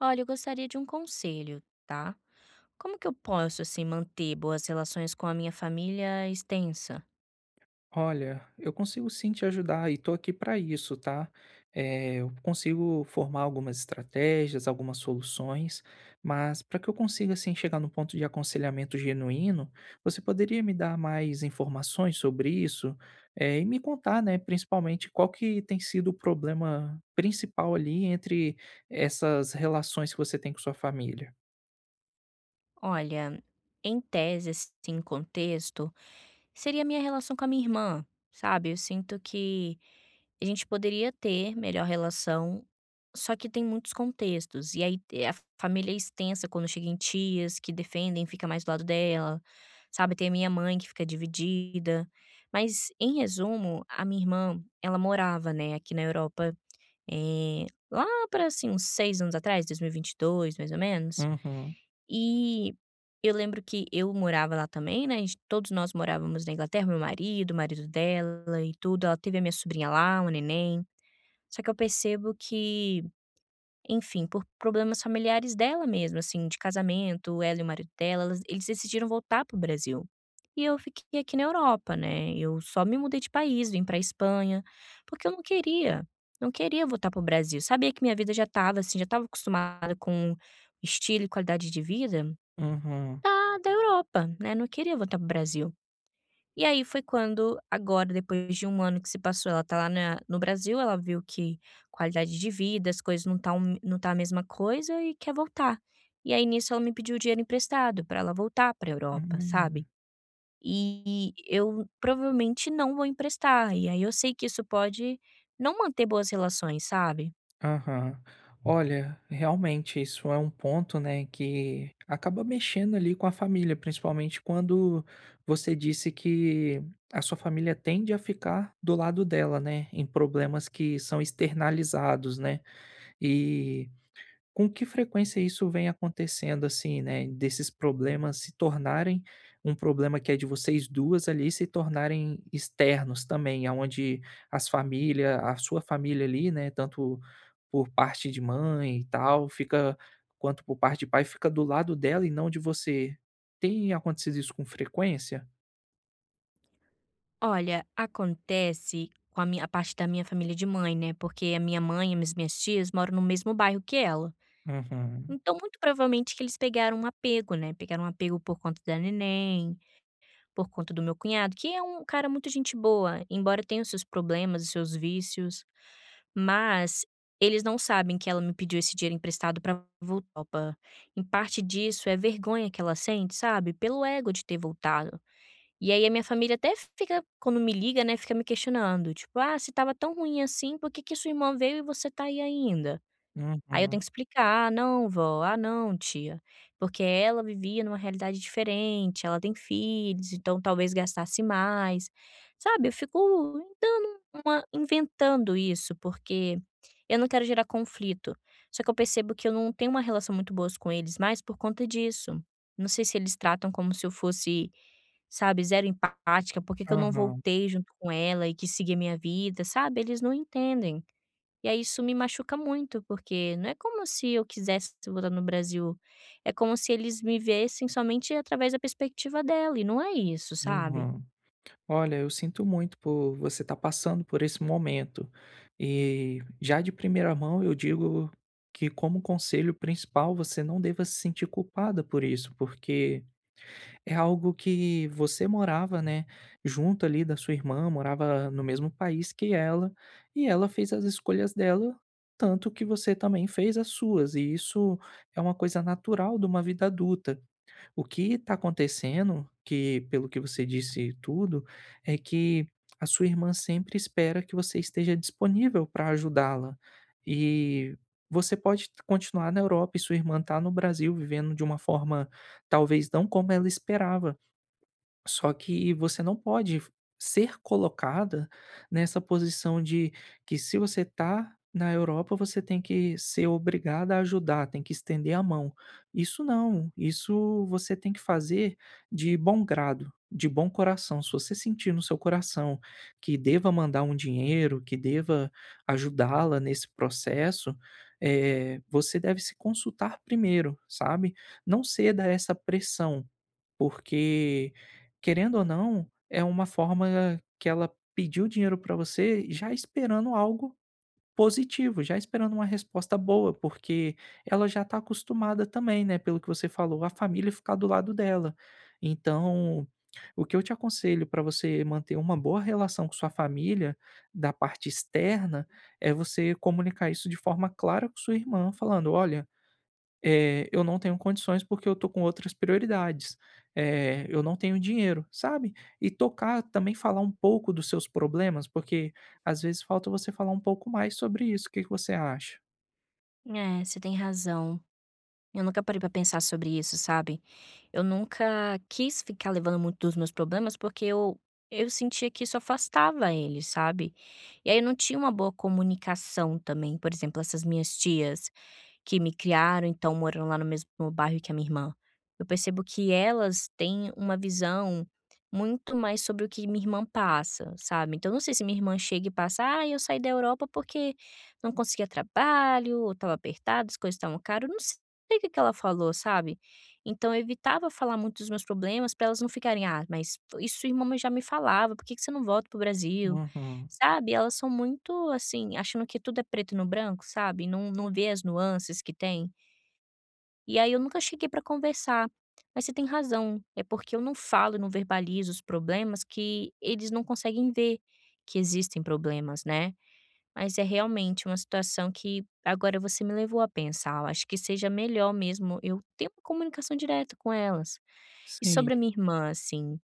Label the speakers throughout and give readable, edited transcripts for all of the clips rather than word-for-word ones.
Speaker 1: Olha, eu gostaria de um conselho, tá? Como que eu posso, assim, manter boas relações com a minha família extensa?
Speaker 2: Olha, eu consigo sim te ajudar e tô aqui para isso, tá? Eu consigo formar algumas estratégias, algumas soluções, mas para que eu consiga assim chegar no ponto de aconselhamento genuíno, você poderia me dar mais informações sobre isso, e me contar, né, principalmente qual que tem sido o problema principal ali entre essas relações que você tem com sua família?
Speaker 1: Olha, em tese, assim, em contexto, seria a minha relação com a minha irmã, sabe, eu sinto que a gente poderia ter melhor relação, só que tem muitos contextos, e aí a família é extensa quando chega em tias que defendem, fica mais do lado dela, sabe, tem a minha mãe que fica dividida. Mas, em resumo, a minha irmã, ela morava, né, aqui na Europa, eh, lá para assim, uns 6 anos atrás, dois mil e vinte e dois, mais ou menos,
Speaker 2: Uhum.
Speaker 1: e eu lembro que eu morava lá também, né, a gente todos nós morávamos na Inglaterra, meu marido, o marido dela e tudo, ela teve a minha sobrinha lá, o neném. Só que eu percebo que, enfim, por problemas familiares dela mesmo, assim, de casamento, ela e o marido dela, elas eles decidiram voltar pro Brasil. E eu fiquei aqui na Europa, né, eu só me mudei de país, vim pra Espanha, porque eu não queria, não queria voltar pro Brasil. Sabia que minha vida já estava, assim, já estava acostumada com estilo e qualidade de vida
Speaker 2: Uhum.
Speaker 1: da Europa, né, não queria voltar para o Brasil. E aí foi quando agora depois de um ano que se passou, ela tá lá na no Brasil, ela viu que qualidade de vida, as coisas não tá a mesma coisa e quer voltar. E aí nisso ela me pediu dinheiro emprestado pra ela voltar pra Europa, sabe.
Speaker 2: Hum.
Speaker 1: E eu provavelmente não vou emprestar, e aí eu sei que isso pode não manter boas relações, sabe.
Speaker 2: Aham. Olha, realmente isso é um ponto, né, que acaba mexendo ali com a família, principalmente quando você disse que a sua família tende a ficar do lado dela, né, em problemas que são externalizados, né? E com que frequência isso vem acontecendo, assim, né, desses problemas se tornarem um problema que é de vocês 2 ali, se tornarem externos também, aonde as famílias, a sua família ali, né, tanto por parte de mãe e tal, fica quanto por parte de pai, fica do lado dela e não de você. Tem acontecido isso com frequência?
Speaker 1: Olha, acontece com a parte da minha família de mãe, né, porque a minha mãe e as minhas tias moram no mesmo bairro que ela.
Speaker 2: Uhum.
Speaker 1: Então, muito provavelmente que eles pegaram um apego, né, pegaram um apego por conta da neném, por conta do meu cunhado, que é um cara muito gente boa, embora tenha os seus problemas, os seus vícios, mas eles não sabem que ela me pediu esse dinheiro emprestado pra voltar. Opa. Em parte disso é vergonha que ela sente, sabe, pelo ego de ter voltado. E aí a minha família até fica quando me liga, né, fica me questionando, tipo: "Ah, se tava tão ruim assim, por que que sua irmã veio e você tá aí ainda?". Aí eu tenho
Speaker 2: Uhum.
Speaker 1: que explicar: "Ah, não, vó. Ah, não, tia", porque ela vivia numa realidade diferente, ela tem filhos, então talvez gastasse mais, sabe. Eu fico dando uma inventando isso, porque eu não quero gerar conflito. Só que eu percebo que eu não tenho uma relação muito boa com eles mais por conta disso. Não sei se eles tratam como se eu fosse, sabe, zero empática, por que que eu não
Speaker 2: Aham.
Speaker 1: voltei junto com ela e que seguir a minha vida, sabe. Eles não entendem. E aí isso me machuca muito, porque não é como se eu quisesse voltar no Brasil, é como se eles me vissem somente através da perspectiva dela, e não é isso, sabe.
Speaker 2: Uhum. Olha, eu sinto muito por você estar passando por esse momento. E já de primeira mão eu digo que, como conselho principal, você não deva se sentir culpada por isso, porque é algo que você morava, né, junto ali da sua irmã, morava no mesmo país que ela, e ela fez as escolhas dela, tanto que você também fez as suas, e isso é uma coisa natural de uma vida adulta. O que está acontecendo, que pelo que você disse e tudo, é que a sua irmã sempre espera que você esteja disponível para ajudá-la. E você pode continuar na Europa e sua irmã está no Brasil vivendo de uma forma talvez não como ela esperava. Só que você não pode ser colocada nessa posição de que se você está na Europa, você tem que ser obrigada a ajudar, tem que estender a mão. Isso não, isso você tem que fazer de bom grado, de bom coração. Se você sentir no seu coração que deva mandar um dinheiro, que deva ajudá-la nesse processo, você deve se consultar primeiro, sabe. Não ceda a essa pressão, porque, querendo ou não, é uma forma que ela pediu dinheiro para você já esperando algo positivo, já esperando uma resposta boa, porque ela já está acostumada também, né, pelo que você falou, a família ficar do lado dela. Então, o que eu te aconselho para você manter uma boa relação com sua família, da parte externa, é você comunicar isso de forma clara com sua irmã, falando: "Olha, eu não tenho condições, porque eu tô com outras prioridades, eu não tenho dinheiro, sabe. E tocar também falar um pouco dos seus problemas, porque às vezes falta você falar um pouco mais sobre isso, o que que você acha?"
Speaker 1: É, você tem razão. Eu nunca parei pra pensar sobre isso, sabe. Eu nunca quis ficar levando muito dos meus problemas, porque eu sentia que isso afastava ele, sabe. E aí eu não tinha uma boa comunicação também, por exemplo, essas minhas tias que me criaram, então moram lá no mesmo bairro que a minha irmã. Eu percebo que elas têm uma visão muito mais sobre o que minha irmã passa, sabe. Então eu não sei se minha irmã chega e passa: "Ah, eu saí da Europa porque não conseguia trabalho, ou estava apertado, as coisas estavam caro", não sei o que que ela falou, sabe. Então eu evitava falar muito dos meus problemas para elas não ficarem: "Ah, mas isso sua irmã já me falava, por que que você não volta pro Brasil?",
Speaker 2: Uhum.
Speaker 1: sabe. Elas são muito, assim, achando que tudo é preto no branco, sabe, não vê as nuances que tem. E aí eu nunca cheguei para conversar. Mas você tem razão, é porque eu não verbalizo os problemas que eles não conseguem ver que existem problemas, né. Mas é realmente uma situação que agora você me levou a pensar, eu acho que seja melhor mesmo eu ter uma comunicação direta com elas. E
Speaker 2: Sim.
Speaker 1: sobre a minha irmã, assim,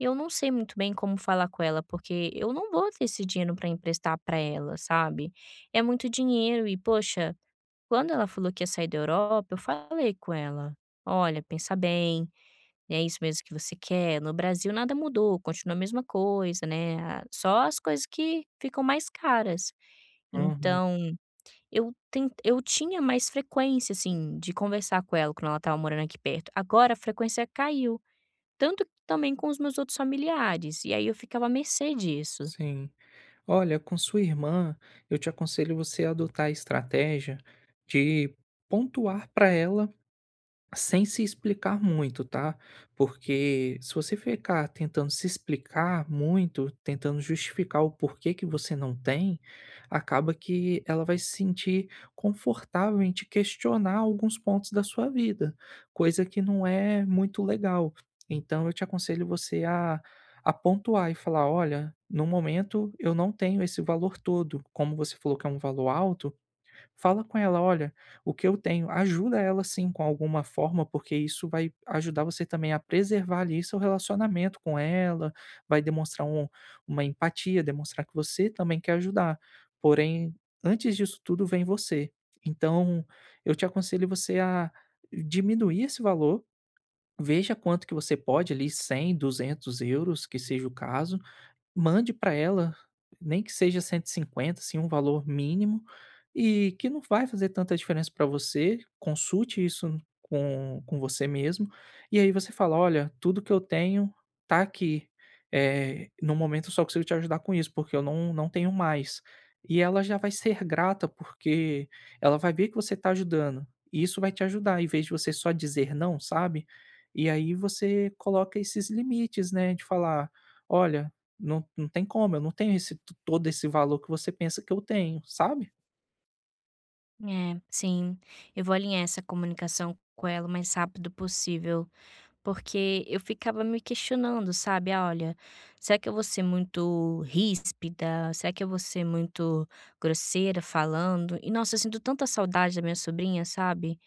Speaker 1: eu não sei muito bem como falar com ela, porque eu não vou ter esse dinheiro pra emprestar pra ela, sabe. É muito dinheiro e, poxa, quando ela falou que ia sair da Europa, eu falei com ela: "Olha, pensa bem, é isso mesmo que você quer? No Brasil nada mudou, continua a mesma coisa, né, a só as coisas que ficam mais caras".
Speaker 2: Uhum.
Speaker 1: Então, eu tinha mais frequência, assim, de conversar com ela quando ela estava morando aqui perto, agora a frequência caiu. Tanto que também com os meus outros familiares, e aí eu ficava à mercê disso.
Speaker 2: Sim. Olha, com sua irmã, eu te aconselho você a adotar a estratégia de pontuar para ela sem se explicar muito, tá? Porque se você ficar tentando se explicar muito, tentando justificar o porquê que você não tem, acaba que ela vai se sentir confortável em te questionar alguns pontos da sua vida, coisa que não é muito legal. Então eu te aconselho você a pontuar e falar: olha, no momento eu não tenho esse valor todo. Como você falou que é um valor alto, fala com ela: "Olha, o que eu tenho", ajuda ela sim com alguma forma, porque isso vai ajudar você também a preservar ali seu relacionamento com ela, vai demonstrar uma empatia, demonstrar que você também quer ajudar, porém, antes disso tudo vem você. Então, eu te aconselho você a diminuir esse valor, veja quanto que você pode ali, 100 200 euros, que seja o caso, mande para ela, nem que seja 150 assim, um valor mínimo, e que não vai fazer tanta diferença para você, consulte isso com você mesmo, e aí você fala: "Olha, tudo que eu tenho tá aqui, no momento eu só consigo te ajudar com isso, porque eu não tenho mais". E ela já vai ser grata, porque ela vai ver que você está ajudando, e isso vai te ajudar, em vez de você só dizer não, sabe. E aí você coloca esses limites, né, de falar: "Olha, não tem como, eu não tenho esse to todo esse valor que você pensa que eu tenho, sabe?"
Speaker 1: É, sim, eu vou alinhar essa comunicação com ela o mais rápido possível. Porque eu ficava me questionando, sabe: "Ah, olha, será que eu vou ser muito ríspida? Será que eu vou ser muito grosseira falando?". E, nossa, eu sinto tanta saudade da minha sobrinha, sabe.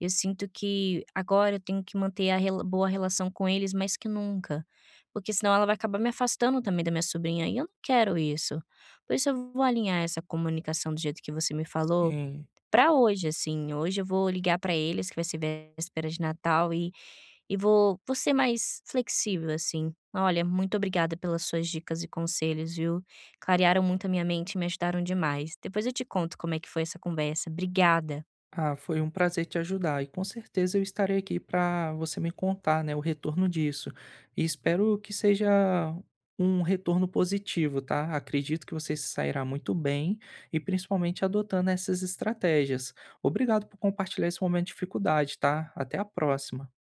Speaker 1: Eu sinto que agora eu tenho que manter a rela boa relação com eles mais que nunca, porque senão ela vai acabar me afastando também da minha sobrinha, e eu não quero isso. Por isso eu vou alinhar essa comunicação do jeito que você me falou
Speaker 2: Sim.
Speaker 1: pra hoje, assim. Hoje eu vou ligar pra eles, que vai ser véspera de Natal, e vou ser mais flexível, assim. Olha, muito obrigada pelas suas dicas e conselhos, viu? Clarearam muito a minha mente e me ajudaram demais. Depois eu te conto como é que foi essa conversa. Obrigada.
Speaker 2: Ah, foi um prazer te ajudar e com certeza eu estarei aqui para você me contar, né, o retorno disso. E espero que seja um retorno positivo, tá? Acredito que você se sairá muito bem e principalmente adotando essas estratégias. Obrigado por compartilhar esse momento de dificuldade, tá? Até a próxima.